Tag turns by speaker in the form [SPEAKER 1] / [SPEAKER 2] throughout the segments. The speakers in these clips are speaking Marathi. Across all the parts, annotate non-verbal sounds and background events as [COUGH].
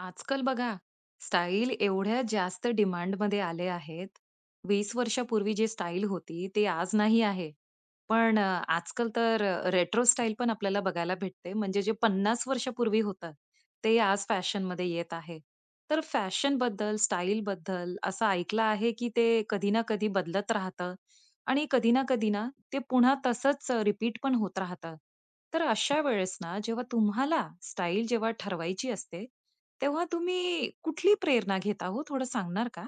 [SPEAKER 1] आजकाल बघा स्टाईल एवढ्या जास्त डिमांड मध्ये आले आहेत. 20 वर्षापूर्वी जी स्टाईल होती ते आज नाही आहे. पण आजकाल तर रेट्रो स्टाईल पण आपल्याला बघायला भेटते. म्हणजे जे 50 वर्षापूर्वी होतं ते आज फॅशनमध्ये येत आहे. तर फॅशनबद्दल, स्टाईलबद्दल असं ऐकलं आहे की ते कधी ना कधी बदलत राहतं आणि कधी ना कधी ना ते पुन्हा तसंच रिपीट पण होत राहतं. तर अशा वेळेस ना जेव्हा तुम्हाला स्टाईल जेव्हा ठरवायची असते तेव्हा तुम्ही कुठली प्रेरणा घेता हो? थोडं सांगणार का?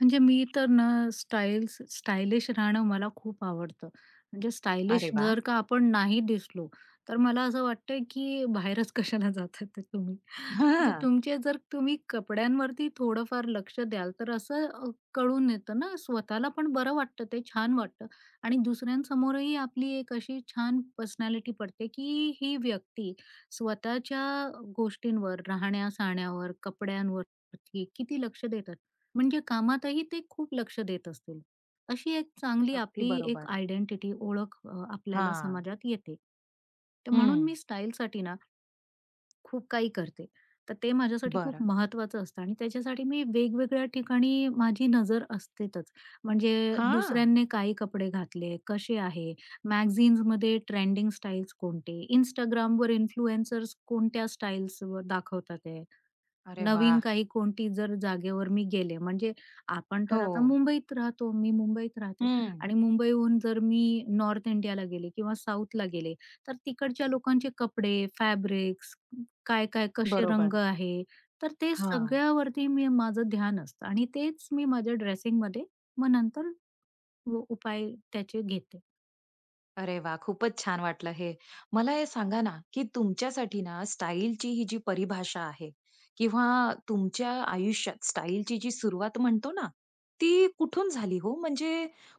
[SPEAKER 2] म्हणजे मी तर ना स्टायलिश राहणं मला खूप आवडतं. म्हणजे स्टायलिश
[SPEAKER 1] अरे वा.
[SPEAKER 2] जर का आपण नाही दिसलो, तर मला असं वाटतंय की बाहेरच [LAUGHS] कशाला जाताय ते तुम्ही. म्हणजे
[SPEAKER 1] हां.
[SPEAKER 2] तुमचे जर तुम्ही कपड्यांवरती थोडंफार लक्ष द्याल, तर असं कळून येतं ना, स्वतःला पण बरं वाटतं, ते छान वाटतं आणि दुसऱ्यांसमोरही आपली एक अशी छान पर्सनॅलिटी पडते की ही व्यक्ती स्वतःच्या गोष्टींवर, राहण्या-सहण्यावर, कपड्यांवरती किती लक्ष देत म्हणजे कामातही ते खूप लक्ष देत असतील. अशी एक चांगली
[SPEAKER 1] अगदी
[SPEAKER 2] आपली एक
[SPEAKER 1] बरोबर.
[SPEAKER 2] आयडेंटिटी, ओळख आपल्याला
[SPEAKER 1] हां.
[SPEAKER 2] समाजात येते. तर म्हणून
[SPEAKER 1] हं.
[SPEAKER 2] मी स्टाईलसाठी ना खूप काही करते. तर ते माझ्यासाठी खूप
[SPEAKER 1] बरं.
[SPEAKER 2] महत्वाचं असतं आणि त्याच्यासाठी मी वेगवेगळ्या ठिकाणी माझी नजर असतेच. म्हणजे
[SPEAKER 1] हां.
[SPEAKER 2] दुसऱ्यांनी काय कपडे घातले, कसे आहे, मॅगझिन्समध्ये ट्रेंडिंग स्टाईल्स कोणते, Instagramवर इन्फ्लुएन्सर्स कोणत्या स्टाईल्स दाखवतात आहे.
[SPEAKER 1] अरे
[SPEAKER 2] नवीन
[SPEAKER 1] वाह!
[SPEAKER 2] काही कोणती जर जागेवर मी गेले, म्हणजे आपण तर
[SPEAKER 1] हो.
[SPEAKER 2] आता मुंबईत राहतो, मी मुंबईत राहते
[SPEAKER 1] हं.
[SPEAKER 2] आणि मुंबईहून जर मी नॉर्थ इंडियाला गेले किंवा साऊथला गेले, तर तिकडच्या लोकांचे कपडे, फॅब्रिक्स, काय-काय कसे
[SPEAKER 1] बरोबर.
[SPEAKER 2] रंग आहे, तर ते
[SPEAKER 1] हां.
[SPEAKER 2] सगळ्यावरती मी माझं ध्यान असतं आणि तेच मी माझ्या ड्रेसिंगमध्ये मग नंतर उपाय त्याचे घेते.
[SPEAKER 1] अरे वाह! खूपच छान वाटलं हे. मला हे सांगा ना, की तुमच्यासाठी ना स्टाईलची ही जी परिभाषा आहे किंवा तुमच्या आयुष्यात स्टाईलची जी सुरुवात म्हणतो ना, ती कुठून झाली हो? म्हणजे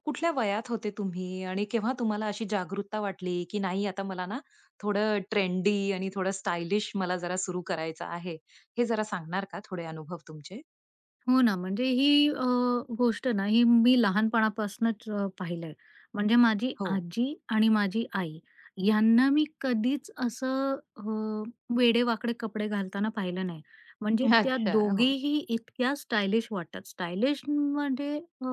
[SPEAKER 1] कुठल्या वयात होते तुम्ही आणि केव्हा तुम्हाला अशी जागरूकता वाटली, की नाही आता मला ना थोडं ट्रेंडी आणि थोडं स्टायलिश मला जरा सुरू करायचं आहे. हे जरा सांगणार का थोडे अनुभव तुमचे?
[SPEAKER 2] हो ना, म्हणजे ही गोष्ट ना, ही मी लहानपणापासूनच पाहिलंय. म्हणजे माझी
[SPEAKER 1] हो.
[SPEAKER 2] आजी आणि माझी आई यांना मी कधीच असं वेडेवाकडे कपडे घालताना पाहिलं नाही. म्हणजे त्या
[SPEAKER 1] अच्छा. हो.
[SPEAKER 2] दोघीही इतक्या स्टायलिश वाटतात. स्टायलिश म्हणजे अ,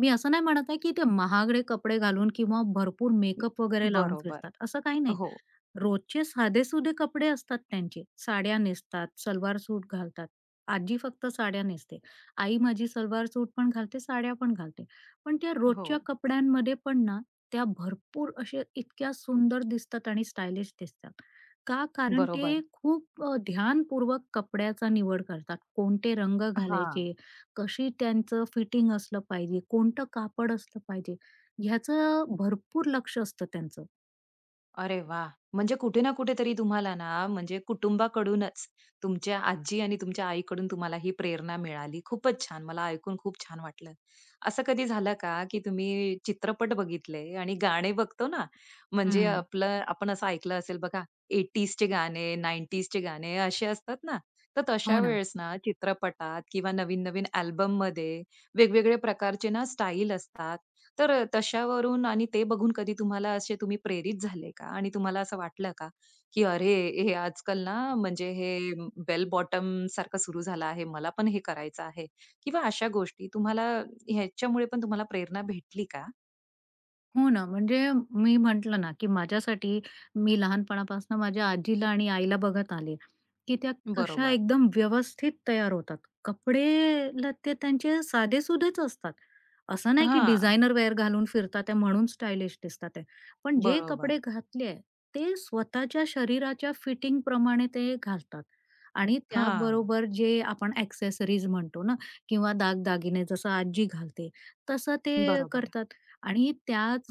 [SPEAKER 2] मी असं नाही म्हणत आहे, की ते महागडे कपडे घालून किंवा भरपूर मेकअप वगैरे लावून
[SPEAKER 1] बरोबर.
[SPEAKER 2] फिरतात, असं काही नाही.
[SPEAKER 1] हो.
[SPEAKER 2] रोजचे साधेसुधे कपडे असतात त्यांचे. साड्या नेसतात, सलवार सूट घालतात. आजी फक्त साड्या नेसते. आई माझी सलवार सूट पण घालते, साड्या पण घालते. पण त्या
[SPEAKER 1] हो.
[SPEAKER 2] रोजच्या कपड्यांमध्ये पण ना, त्या भरपूर अशा इतक्या सुंदर दिसतात आणि स्टायलिश दिसतात. का? कारण ते
[SPEAKER 1] बरोबर.
[SPEAKER 2] खूप ध्यानपूर्वक कपड्याचा निवड करतात. कोणते रंग
[SPEAKER 1] हां.
[SPEAKER 2] घालायचे, कशी त्यांचं फिटिंग असलं पाहिजे, कोणतं कापड असलं पाहिजे, ह्याचं भरपूर लक्ष असतं त्यांचं.
[SPEAKER 1] अरे वा. म्हणजे कुठे ना कुठेतरी तुम्हाला ना, म्हणजे कुटुंबाकडूनच तुमच्या आजी आणि तुमच्या आईकडून तुम्हाला ही प्रेरणा मिळाली. खूपच छान. मला ऐकून खूप छान वाटलं. असं कधी झालं का, की तुम्ही चित्रपट बघितले आणि गाणे बघतो ना, म्हणजे
[SPEAKER 2] हं.
[SPEAKER 1] आपलं आपण असं ऐकलं असेल बघा 80sचे गाणे, 90sचे गाणे असे असतात ना, तर तशा
[SPEAKER 2] हो ना?
[SPEAKER 1] वेळेस ना चित्रपटात किंवा नवीन-नवीन अल्बममध्ये वेगवेगळे प्रकारचे ना स्टाईल असतात. तर तशावरून आणि ते बघून कधी तुम्हाला असे तुम्ही प्रेरित झाले का? आणि तुम्हाला असं वाटलं का, की अरे, हे आजकाल ना म्हणजे हे बेल बॉटम सारखं सुरू झालं आहे, मला पण हे करायचं आहे किंवा अशा गोष्टी तुम्हाला ह्याच्यामुळे पण तुम्हाला प्रेरणा भेटली का?
[SPEAKER 2] हो ना, म्हणजे मी म्हटलं ना, की माझ्यासाठी मी लहानपणापासून माझ्या आजीला आणि आईला बघत आले, की त्या कशा
[SPEAKER 1] बरोबर.
[SPEAKER 2] एकदम व्यवस्थित तयार होतात. कपडेला ते त्यांचे साधेसुधेच असतात. असं नाही की
[SPEAKER 1] हां.
[SPEAKER 2] डिझायनर वेअर घालून फिरतात आहे म्हणून स्टायलिश दिसतात आहे. पण जे
[SPEAKER 1] बरोबर.
[SPEAKER 2] कपडे घातले ते स्वतःच्या शरीराच्या फिटिंगप्रमाणे ते घालतात आणि
[SPEAKER 1] हां.
[SPEAKER 2] त्याबरोबर जे आपण एक्सेसरीज म्हणतो ना किंवा दागदागिने जसं आजी घालते, तसं ते
[SPEAKER 1] बरोबर.
[SPEAKER 2] करतात. आणि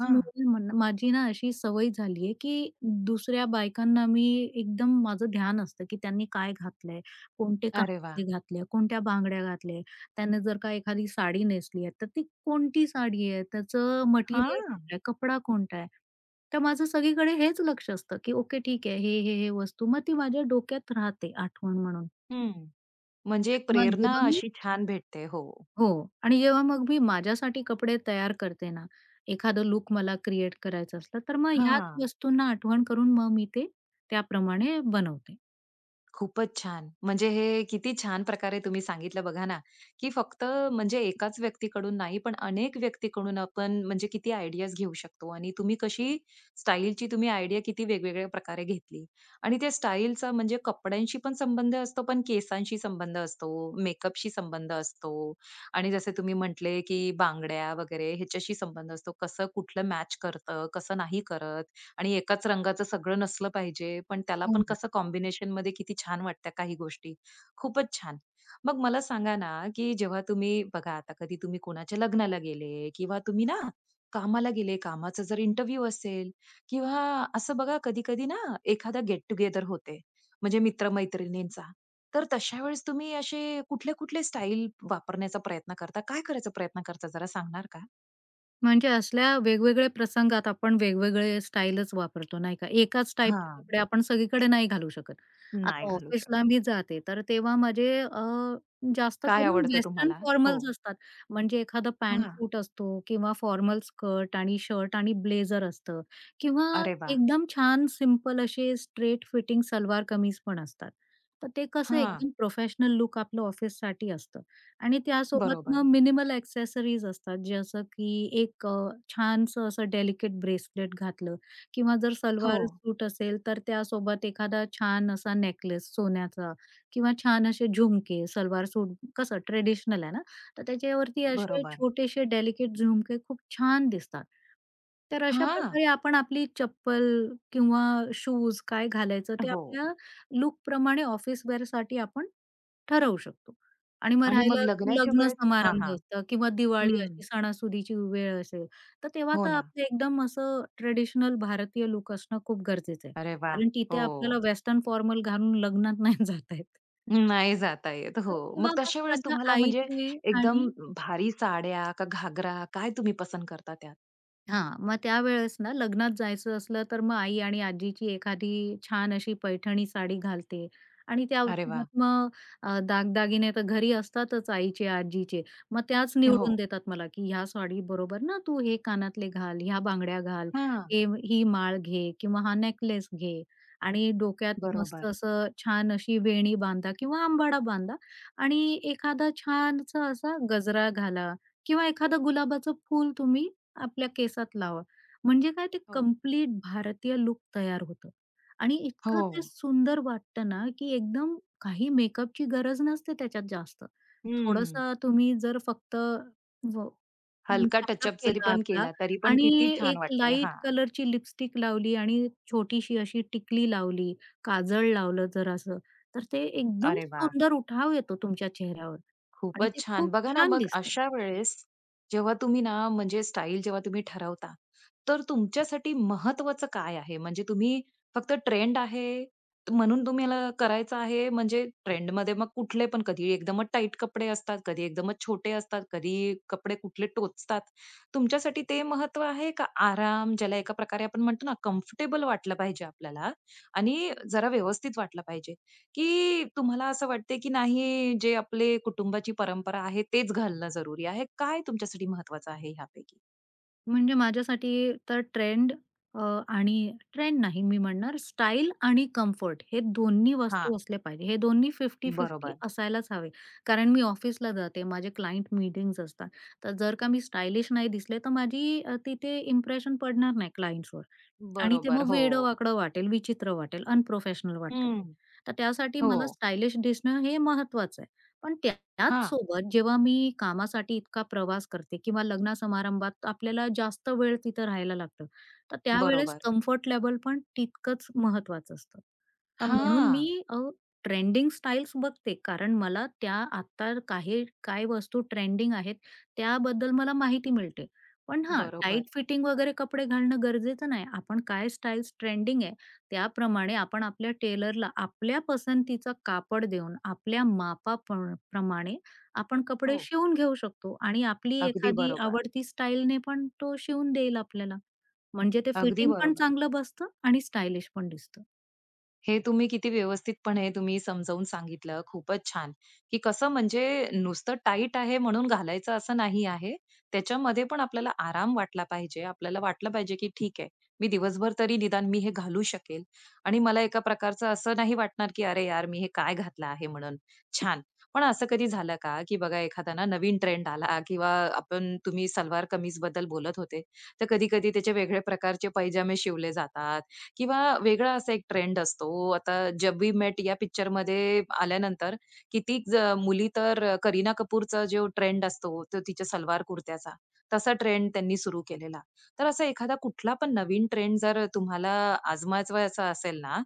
[SPEAKER 1] हां.
[SPEAKER 2] माझी ना अशी सवय झाली आहे, की दुसऱ्या बायकांना मी एकदम माझं ध्यान असतं, की त्यांनी काय घातलंय, कोणते
[SPEAKER 1] अरे वाह!
[SPEAKER 2] कानातले घातले, कोणत्या बांगड्या घातल्या, त्याने जर का एखादी साडी नेसली आहे, तर ती कोणती साडी आहे, त्याचं मटेरियल
[SPEAKER 1] हां.
[SPEAKER 2] कुठलं आहे, कपडा कोणता आहे. तर माझं सगळीकडे हेच लक्ष असतं, की ओके ठीक आहे, हे वस्तू मग ती माझ्या डोक्यात राहते आठवण म्हणून.
[SPEAKER 1] हं. म्हणजे एक
[SPEAKER 2] मग
[SPEAKER 1] प्रेरणा
[SPEAKER 2] जेव्हा मी
[SPEAKER 1] अशी छान भेटते. हो.
[SPEAKER 2] हो. आणि जेव्हा मग मी माझ्यासाठी कपडे तयार करते ना, एखादं लूक मला क्रिएट करायचं असलं, तर मग ह्याच
[SPEAKER 1] हां.
[SPEAKER 2] वस्तूंना आठवण करून मग मी ते त्याप्रमाणे बनवते.
[SPEAKER 1] खूपच छान. म्हणजे हे किती छान प्रकारे तुम्ही सांगितलं बघा ना, की फक्त म्हणजे एकाच व्यक्तीकडून नाही, पण अनेक व्यक्तीकडून आपण म्हणजे किती आयडियाज घेऊ शकतो आणि तुम्ही कशी स्टाईलची तुम्ही आयडिया किती वेगवेगळ्या प्रकारे घेतली. आणि त्या स्टाईलचा म्हणजे कपड्यांशी पण संबंध असतो, पण केसांशी संबंध असतो, मेकअपशी संबंध असतो आणि जसे तुम्ही म्हटले, की बांगड्या वगैरे ह्याच्याशी संबंध असतो. कसं कुठलं मॅच करतं, कसं नाही करत. आणि एकाच रंगाचं सगळं नसलं पाहिजे, पण त्याला पण कसं कॉम्बिनेशनमध्ये किती छान वाटतं काही गोष्टी. खूपच छान. मग मला सांगा ना, की जेव्हा तुम्ही बघा आता कधी तुम्ही कोणाच्या लग्नाला गेले किंवा तुम्ही ना कामाला गेले, कामाचा जर इंटरव्ह्यू असेल किंवा असं बघा कधी-कधी ना एखादा गेट टुगेदर होते, म्हणजे मित्र तर तशा वेळेस तुम्ही असे कुठले-कुठले स्टाईल वापरण्याचा प्रयत्न करता? काय करायचा प्रयत्न करता जरा सांगणार का?
[SPEAKER 2] म्हणजे असल्या वेगवेगळ्या प्रसंगात आपण वेगवेगळे स्टाईलच वापरतो, नाही का? एकाच टाईपचे
[SPEAKER 1] हां.
[SPEAKER 2] कपडे आपण सगळीकडे नाही घालू शकत.
[SPEAKER 1] नाही
[SPEAKER 2] आता
[SPEAKER 1] घालू
[SPEAKER 2] ऑफिसला
[SPEAKER 1] शकत.
[SPEAKER 2] मी जाते, तर तेव्हा माझे जास्त
[SPEAKER 1] काय
[SPEAKER 2] करून
[SPEAKER 1] आवडतं
[SPEAKER 2] वेस्टर्न
[SPEAKER 1] तुम्हाला? हो.
[SPEAKER 2] फॉर्मल्स असतात. म्हणजे एखादा पॅन्ट
[SPEAKER 1] हां.
[SPEAKER 2] सूट असतो किंवा फॉर्मल स्कर्ट आणि शर्ट आणि ब्लेझर असतं किंवा
[SPEAKER 1] अरे वा.
[SPEAKER 2] एकदम छान सिंपल असे स्ट्रेट फिटिंग सलवार कमीज पण असतात. तर ते कसं
[SPEAKER 1] हां.
[SPEAKER 2] एकदम प्रोफेशनल लूक आपलं ऑफिससाठी असतं. आणि त्यासोबत
[SPEAKER 1] बरोबर.
[SPEAKER 2] मग मिनिमल एक्सेसरीज असतात, जसं की एक छानसं असं डेलिकेट ब्रेसलेट घातलं किंवा जर
[SPEAKER 1] हो.
[SPEAKER 2] सलवार सूट असेल, तर त्यासोबत एखादा छान असा नेकलेस सोन्याचा किंवा छान असे झुमके. सलवार सूट कसं ट्रेडिशनल आहे ना, तर त्याच्यावरती असे
[SPEAKER 1] बरोबर.
[SPEAKER 2] छोटेसे डेलिकेट झुमके खूप छान दिसतात. तर अशा
[SPEAKER 1] हां.
[SPEAKER 2] प्रकारे आपण आपली चप्पल किंवा शूज काय घालायचं ते
[SPEAKER 1] हो.
[SPEAKER 2] आपल्या लूकप्रमाणे ऑफिस वेअरसाठी आपण ठरवू शकतो. आणि मग
[SPEAKER 1] आणि मग
[SPEAKER 2] राहिलं की
[SPEAKER 1] लग्नाच्या
[SPEAKER 2] लग्न
[SPEAKER 1] वेळेस हां,
[SPEAKER 2] समारंभ
[SPEAKER 1] हां.
[SPEAKER 2] असतं किंवा दिवाळी
[SPEAKER 1] हं.
[SPEAKER 2] अशी सणासुदीची वेळ असेल, तर तेव्हा
[SPEAKER 1] हो
[SPEAKER 2] तर
[SPEAKER 1] ना.
[SPEAKER 2] आपलं एकदम असं ट्रेडिशनल भारतीय लूक असणं खूप गरजेचं आहे.
[SPEAKER 1] अरे वाह!
[SPEAKER 2] कारण तिथे
[SPEAKER 1] हो.
[SPEAKER 2] आपल्याला वेस्टर्न फॉर्मल घालून लग्नात नाही [LAUGHS] जाता येत.
[SPEAKER 1] नाही जाता येत.
[SPEAKER 2] तर
[SPEAKER 1] हो. मग
[SPEAKER 2] तेव्हा मग
[SPEAKER 1] तशा वेळेस
[SPEAKER 2] माझ्या
[SPEAKER 1] तुम्हाला म्हणजे
[SPEAKER 2] आईचे आणि
[SPEAKER 1] एकदम भारी साड्या का घागरा काय तुम्ही पसंत करता त्यात?
[SPEAKER 2] हां, मग त्यावेळेस ना लग्नात जायचं असलं, तर मग आई आणि आजीची एखादी छान अशी पैठणी साडी घालते आणि
[SPEAKER 1] अरे वाह!
[SPEAKER 2] त्यासोबत मग दागदागिने तर घरी असतातच आईचे, आजीचे. मग त्याच
[SPEAKER 1] हो.
[SPEAKER 2] निवडून देतात मला, की ह्या साडी बरोबर ना तू हे कानातले घाल, ह्या बांगड्या घाल,
[SPEAKER 1] हां,
[SPEAKER 2] हे ही माळ घे किंवा हा नेकलेस घे आणि डोक्यात मस्त
[SPEAKER 1] बरोबर.
[SPEAKER 2] असं छान अशी वेणी बांधा किंवा अंबाडा बांधा आणि एखादा छानसा असा गजरा घाला किंवा एखादं गुलाबाचं फूल तुम्ही आपल्या केसात लावा. म्हणजे काय ते
[SPEAKER 1] हो.
[SPEAKER 2] कंप्लीट भारतीय लुक तयार होतं आणि
[SPEAKER 1] हो.
[SPEAKER 2] इतकं ते सुंदर वाटतं ना, की एकदम काही मेकअपची गरज नसते त्याच्यात जास्त.
[SPEAKER 1] हं.
[SPEAKER 2] थोडंसं तुम्ही जर फक्त व
[SPEAKER 1] हलका
[SPEAKER 2] टचअप
[SPEAKER 1] टचअप जरी
[SPEAKER 2] केला
[SPEAKER 1] पण
[SPEAKER 2] आपला
[SPEAKER 1] केला तरी पण
[SPEAKER 2] आणि
[SPEAKER 1] किती छान
[SPEAKER 2] एक
[SPEAKER 1] वाटते.
[SPEAKER 2] लाईट
[SPEAKER 1] हां.
[SPEAKER 2] कलरची लिपस्टिक लावली आणि छोटीशी अशी टिकली लावली, काजळ लावलं जरासं, तर ते एकदम
[SPEAKER 1] अरे वाह!
[SPEAKER 2] सुंदर उठाव येतो तुमच्या चेहऱ्यावर आणि
[SPEAKER 1] खूपच
[SPEAKER 2] ते
[SPEAKER 1] छान.
[SPEAKER 2] खूप
[SPEAKER 1] बघा ना,
[SPEAKER 2] छान
[SPEAKER 1] मग
[SPEAKER 2] दिसतं.
[SPEAKER 1] अशा वेळेस जेव्हा तुम्ही ना, म्हणजे स्टाईल जेव्हा तुम्ही ठरवता, तर तुमच्यासाठी महत्त्वाचं काय आहे? म्हणजे तुम्ही फक्त ट्रेंड आहे म्हणून तुम्हाला करायचं आहे, म्हणजे ट्रेंडमध्ये मग कुठले पण कधी एकदमच टाईट कपडे असतात, कधी एकदमच छोटे असतात, कधी कपडे कुठले टोचतात. तुमच्यासाठी ते महत्त्व आहे का आराम, ज्याला एका प्रकारे आपण म्हणतो ना, कम्फर्टेबल वाटलं पाहिजे आपल्याला आणि जरा व्यवस्थित वाटलं पाहिजे. की तुम्हाला असं वाटते की नाही जे आपले कुटुंबाची परंपरा आहे तेच घालणं जरुरी आहे? काय तुमच्यासाठी महत्वाचं आहे ह्यापैकी?
[SPEAKER 2] म्हणजे माझ्यासाठी तर ट्रेंड अ, आणि ट्रेंड नाही मी म्हणणार स्टाईल आणि कम्फर्ट हे दोन्ही
[SPEAKER 1] हां,
[SPEAKER 2] वस्तू असले पाहिजे. हे दोन्ही 50-50
[SPEAKER 1] बरोबर.
[SPEAKER 2] असायलाच हवे. कारण मी ऑफिसला जाते, माझे क्लायंट मीटिंग्ज असतात. तर जर का मी स्टायलिश नाही दिसले, तर माझी तिथे इम्प्रेशन पडणार नाही क्लायंट्सवर आणि ते
[SPEAKER 1] बरोबर.
[SPEAKER 2] मग
[SPEAKER 1] हो.
[SPEAKER 2] वेडं-वाकडं वाटेल, विचित्र वाटेल, अनप्रोफेशनल वाटतं ते.
[SPEAKER 1] हं.
[SPEAKER 2] तर त्यासाठी
[SPEAKER 1] हो.
[SPEAKER 2] मला स्टायलिश दिसणं हे महत्वाचं आहे. पण त्याच
[SPEAKER 1] हां,
[SPEAKER 2] सोबत जेव्हा मी कामासाठी इतका प्रवास करते किंवा लग्न समारंभात आपल्याला जास्त वेळ तिथं राहायला लागतं. तर त्यावेळेस
[SPEAKER 1] बरोबर.
[SPEAKER 2] कम्फर्ट लेव्हल पण तितकंच महत्वाचं असतं. तर म्हणून
[SPEAKER 1] हां,
[SPEAKER 2] मी ट्रेंडिंग स्टाईल्स बघते कारण मला त्या आता काही काय वस्तू ट्रेंडिंग आहेत त्याबद्दल मला माहिती मिळते. पण हां,
[SPEAKER 1] बरोबर.
[SPEAKER 2] टाईट फिटिंग वगैरे कपडे घालणं गरजेचं नाही. आपण काय स्टाईल्स ट्रेंडिंग आहे त्याप्रमाणे आपण आपल्या टेलरला आपल्या पसंतीचा कापड देऊन, आपल्या प्रमाणे आपण कपडे
[SPEAKER 1] हो.
[SPEAKER 2] शिवून घेऊ शकतो आणि आपली
[SPEAKER 1] अगदी
[SPEAKER 2] एखादी
[SPEAKER 1] बरोबर.
[SPEAKER 2] आवडती स्टाईलने पण तो शिवून देईल आपल्याला. म्हणजे ते
[SPEAKER 1] अगदी
[SPEAKER 2] फिटिंग पण
[SPEAKER 1] बरोबर.
[SPEAKER 2] चांगलं बसतं आणि स्टायलिश पण दिसतं.
[SPEAKER 1] हे तुम्ही किती व्यवस्थितपणे तुम्ही समजावून सांगितलं. खूपच छान, की कसं म्हणजे नुसतं टाईट आहे म्हणून घालायचं असं नाही आहे. त्याच्यामध्ये पण आपल्याला आराम वाटला पाहिजे. आपल्याला वाटलं पाहिजे, की ठीक आहे, मी दिवसभर तरी निदान मी हे घालू शकेल आणि मला एका प्रकारचं असं नाही वाटणार, की "अरे यार, मी हे काय घातलं आहे?" म्हणून. छान. पण असं कधी झालं का, की बघा एखादा ना नवीन ट्रेंड आला किंवा आपण तुम्ही सलवार कमीजबद्दल बोलत होते, तर कधी-कधी त्याचे वेगळे प्रकारचे पैजामे शिवले जातात किंवा वेगळा असा एक ट्रेंड असतो. आता जब वी मेट या पिक्चरमध्ये आल्यानंतर कितीक ज मुली तर करीना कपूरचा जो ट्रेंड असतो, तो तिच्या सलवार कुर्त्याचा, तसा ट्रेंड त्यांनी सुरू केलेला. तर असा एखादा कुठला पण नवीन ट्रेंड जर तुम्हाला आजमावायचा असेल ना,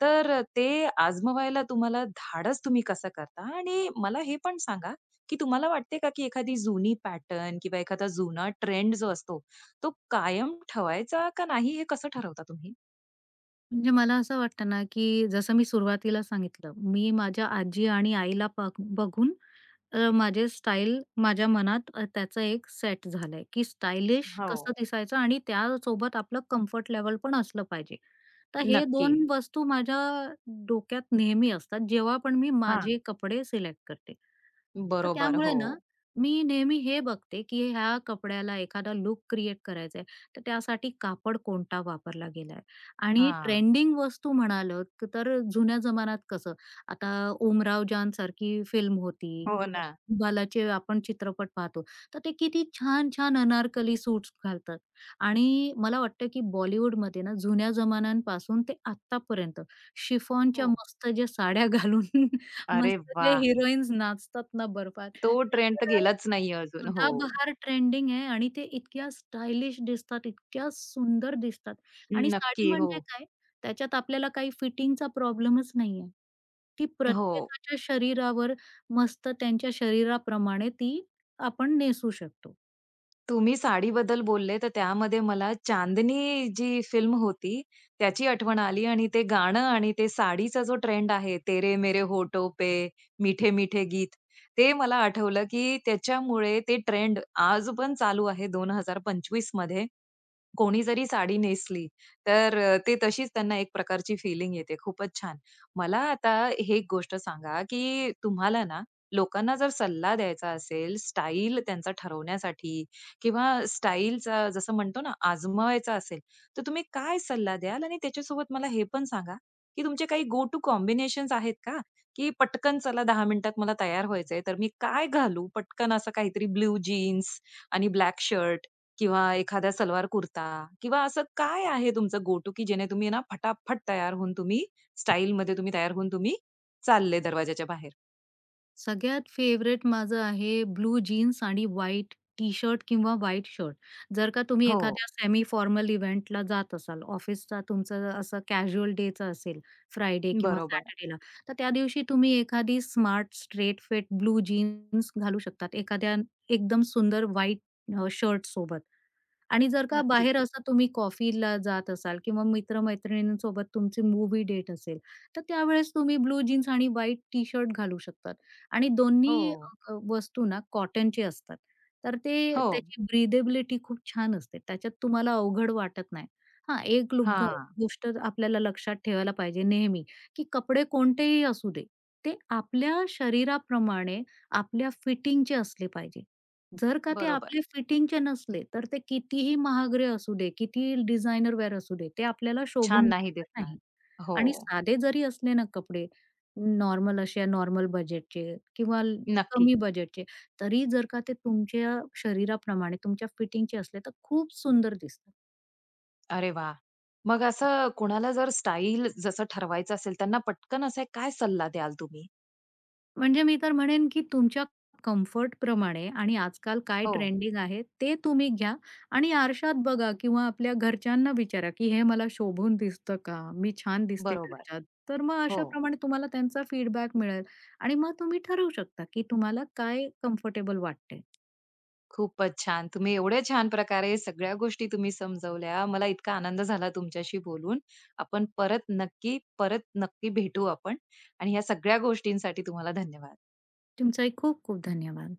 [SPEAKER 1] तर ते आजमावायला तुम्हाला धाडस तुम्ही कसं करता? आणि मला हे पण सांगा, की तुम्हाला वाटते का, की एखादी जुनी पॅटर्न किंवा एखादा जुना ट्रेंड जो असतो, तो कायम ठेवायचा का नाही, हे कसं ठरवता तुम्ही?
[SPEAKER 2] म्हणजे मला असं वाटतं ना, की जसं मी सुरुवातीला सांगितलं, मी माझ्या आजी आणि आईला बघून माझे स्टाईल माझ्या मनात त्याचं एक सेट झालंय, की स्टायलिश
[SPEAKER 1] हो,
[SPEAKER 2] कसं दिसायचं आणि त्यासोबत आपलं कम्फर्ट लेवल पण असलं पाहिजे. तर हे
[SPEAKER 1] नक्की.
[SPEAKER 2] दोन वस्तू माझ्या डोक्यात नेहमी असतात, जेव्हा पण मी
[SPEAKER 1] हां,
[SPEAKER 2] माझे कपडे सिलेक्ट करते. तर
[SPEAKER 1] बरोबर.
[SPEAKER 2] त्यामुळे ना,
[SPEAKER 1] हो.
[SPEAKER 2] मी नेहमी हे बघते, की ह्या कपड्याला एखादा लूक क्रिएट करायचा आहे, तर त्यासाठी कापड कोणता वापरला गेलाय आणि
[SPEAKER 1] हां,
[SPEAKER 2] ट्रेंडिंग वस्तू म्हणाल, तर जुन्या जमान्यात कसं आता उमराव जान सारखी फिल्म होती.
[SPEAKER 1] हो ना.
[SPEAKER 2] बालाचे आपण चित्रपट पाहतो. तर ते किती छान-छान अनारकली सूट्स घालतात आणि मला वाटतं, की बॉलिवूडमध्ये ना जुन्या जमान्यांपासून ते आत्तापर्यंत शिफॉनच्या
[SPEAKER 1] हो.
[SPEAKER 2] मस्त ज्या साड्या घालून [LAUGHS]
[SPEAKER 1] अरे
[SPEAKER 2] मस्त जे
[SPEAKER 1] वाह!
[SPEAKER 2] हिरोईन्स नाचतात ना बर्फात,
[SPEAKER 1] तो
[SPEAKER 2] त्या
[SPEAKER 1] ट्रेंड तर
[SPEAKER 2] तर
[SPEAKER 1] गेलाच नाहीये अजून. हो,
[SPEAKER 2] सदाबहार ट्रेंडिंग आहे आणि ते इतक्या स्टायलिश दिसतात, इतक्या सुंदर दिसतात आणि साडी
[SPEAKER 1] नक्की. हो.
[SPEAKER 2] म्हणजे काय? त्याच्यात आपल्याला काही फिटिंगचा प्रॉब्लेमच नाहीये. ती
[SPEAKER 1] हो.
[SPEAKER 2] प्रत्येकाच्या शरीरावर मस्त त्यांच्या शरीराप्रमाणे ती आपण नेसू शकतो.
[SPEAKER 1] तुम्ही साडीबद्दल बोलले, तर त्यामध्ये मला चांदनी जी फिल्म होती, त्याची आठवण आली आणि ते गाणं आणि ते साडीचा जो ट्रेंड आहे, तेरे मेरे होठों पे मीठे मीठे गीत, ते मला आठवलं, की त्याच्यामुळे ते ट्रेंड आज पण चालू आहे 2025. कोणी जरी साडी नेसली, तर ते तशीच त्यांना एक प्रकारची फिलिंग येते. खूपच छान. मला आता हे एक गोष्ट सांगा, की तुम्हाला ना लोकांना जर सल्ला द्यायचा असेल, स्टाईल त्यांचा ठरवण्यासाठी किंवा स्टाईलचा जसं म्हणतो ना आजमावायचा असेल, तर तुम्ही काय सल्ला द्याल? आणि त्याच्यासोबत मला हे पण सांगा, की तुमचे काही गो टू कॉम्बिनेशन्स आहेत का? की पटकन चला 10 मिनिटात मला तयार व्हायचंय, तर मी काय घालू? पटकन असं काहीतरी ब्लू जीन्स आणि ब्लॅक शर्ट किंवा एखादा सलवार कुर्ता किंवा असं काय आहे तुमचं गो टू की जेणे तुम्ही ना फटाफट तयार होऊन तुम्ही स्टाईलमध्ये तुम्ही तयार होऊन तुम्ही चालले दरवाजाच्या बाहेर?
[SPEAKER 2] सगळ्यात फेवरेट माझं आहे ब्लू जीन्स आणि व्हाईट टी-शर्ट किंवा व्हाईट शर्ट. जर का तुम्ही
[SPEAKER 1] हो.
[SPEAKER 2] एखाद्या सेमी फॉर्मल इव्हेंटला जात असाल, ऑफिसचा तुमचा असा कॅज्युअल डेचा असेल, फ्रायडे किंवा
[SPEAKER 1] बरोबर.
[SPEAKER 2] सॅटर्डेला, तर त्या दिवशी तुम्ही एखादी smart straight fit blue jeans घालू शकतात, एखाद्या एकदम सुंदर व्हाईट शर्टसोबत. आणि जर का
[SPEAKER 1] नक्की.
[SPEAKER 2] बाहेर असं तुम्ही कॉफीला जात असाल किंवा मित्र-मैत्रिणींसोबत तुमची मूव्ही डेट असेल, तर त्यावेळेस तुम्ही ब्लू जीन्स आणि व्हाईट टी-शर्ट घालू शकतात आणि दोन्ही
[SPEAKER 1] हो.
[SPEAKER 2] वस्तू ना कॉटनचे असतात. तर ते
[SPEAKER 1] हो.
[SPEAKER 2] त्याची ब्रीदेबिलिटी खूप छान असते. त्याच्यात तुम्हाला अवघड वाटत नाही. हां, एक
[SPEAKER 1] हां.
[SPEAKER 2] गोष्ट आपल्याला लक्षात ठेवायला पाहिजे नेहमी, की कपडे कोणतेही असू दे, ते आपल्या शरीराप्रमाणे आपल्या फिटिंगचे असले पाहिजे. जर का ते
[SPEAKER 1] बरोबर.
[SPEAKER 2] आपले फिटिंगचे नसले, तर ते कितीही महागडे असू दे, कितीही डिझायनर वेअर असू दे, ते आपल्याला
[SPEAKER 1] छान
[SPEAKER 2] शोभून
[SPEAKER 1] नाही
[SPEAKER 2] देणार
[SPEAKER 1] दिसणार.
[SPEAKER 2] नाही.
[SPEAKER 1] हो.
[SPEAKER 2] आणि साधे जरी असले ना कपडे, नॉर्मल अशा नॉर्मल बजेटचे किंवा
[SPEAKER 1] नक्की.
[SPEAKER 2] कमी बजेटचे, तरी जर का ते तुमच्या शरीराप्रमाणे, तुमच्या फिटिंगचे असले, तर खूप सुंदर दिसतात.
[SPEAKER 1] अरे वाह! मग असं कोणाला जर स्टाईल जसं ठरवायचं असेल त्यांना पटकन असा काय सल्ला द्याल तुम्ही?
[SPEAKER 2] म्हणजे मी तर म्हणेन, की तुमच्या कम्फर्टप्रमाणे आणि आजकाल काय
[SPEAKER 1] हो.
[SPEAKER 2] ट्रेंडिंग आहे, ते तुम्ही घ्या आणि आरशात बघा किंवा आपल्या घरच्यांना विचारा, की "हे मला शोभून दिसतं का? मी छान दिसते का
[SPEAKER 1] बरोबर.
[SPEAKER 2] ह्याच्यात?" तर मग
[SPEAKER 1] हो.
[SPEAKER 2] अशाप्रमाणे तुम्हाला त्यांचा फीडबॅक मिळेल आणि मग तुम्ही ठरवू शकता, की तुम्हाला काय कम्फर्टेबल वाटते.
[SPEAKER 1] खूपच छान. तुम्ही एवढ्या छान प्रकारे सगळ्या गोष्टी तुम्ही समजवल्या. मला इतका आनंद झाला तुमच्याशी बोलून. आपण परत नक्की, परत नक्की भेटू आपण आणि ह्या सगळ्या गोष्टींसाठी तुम्हाला धन्यवाद.
[SPEAKER 2] तुमचाही खूप खूप धन्यवाद.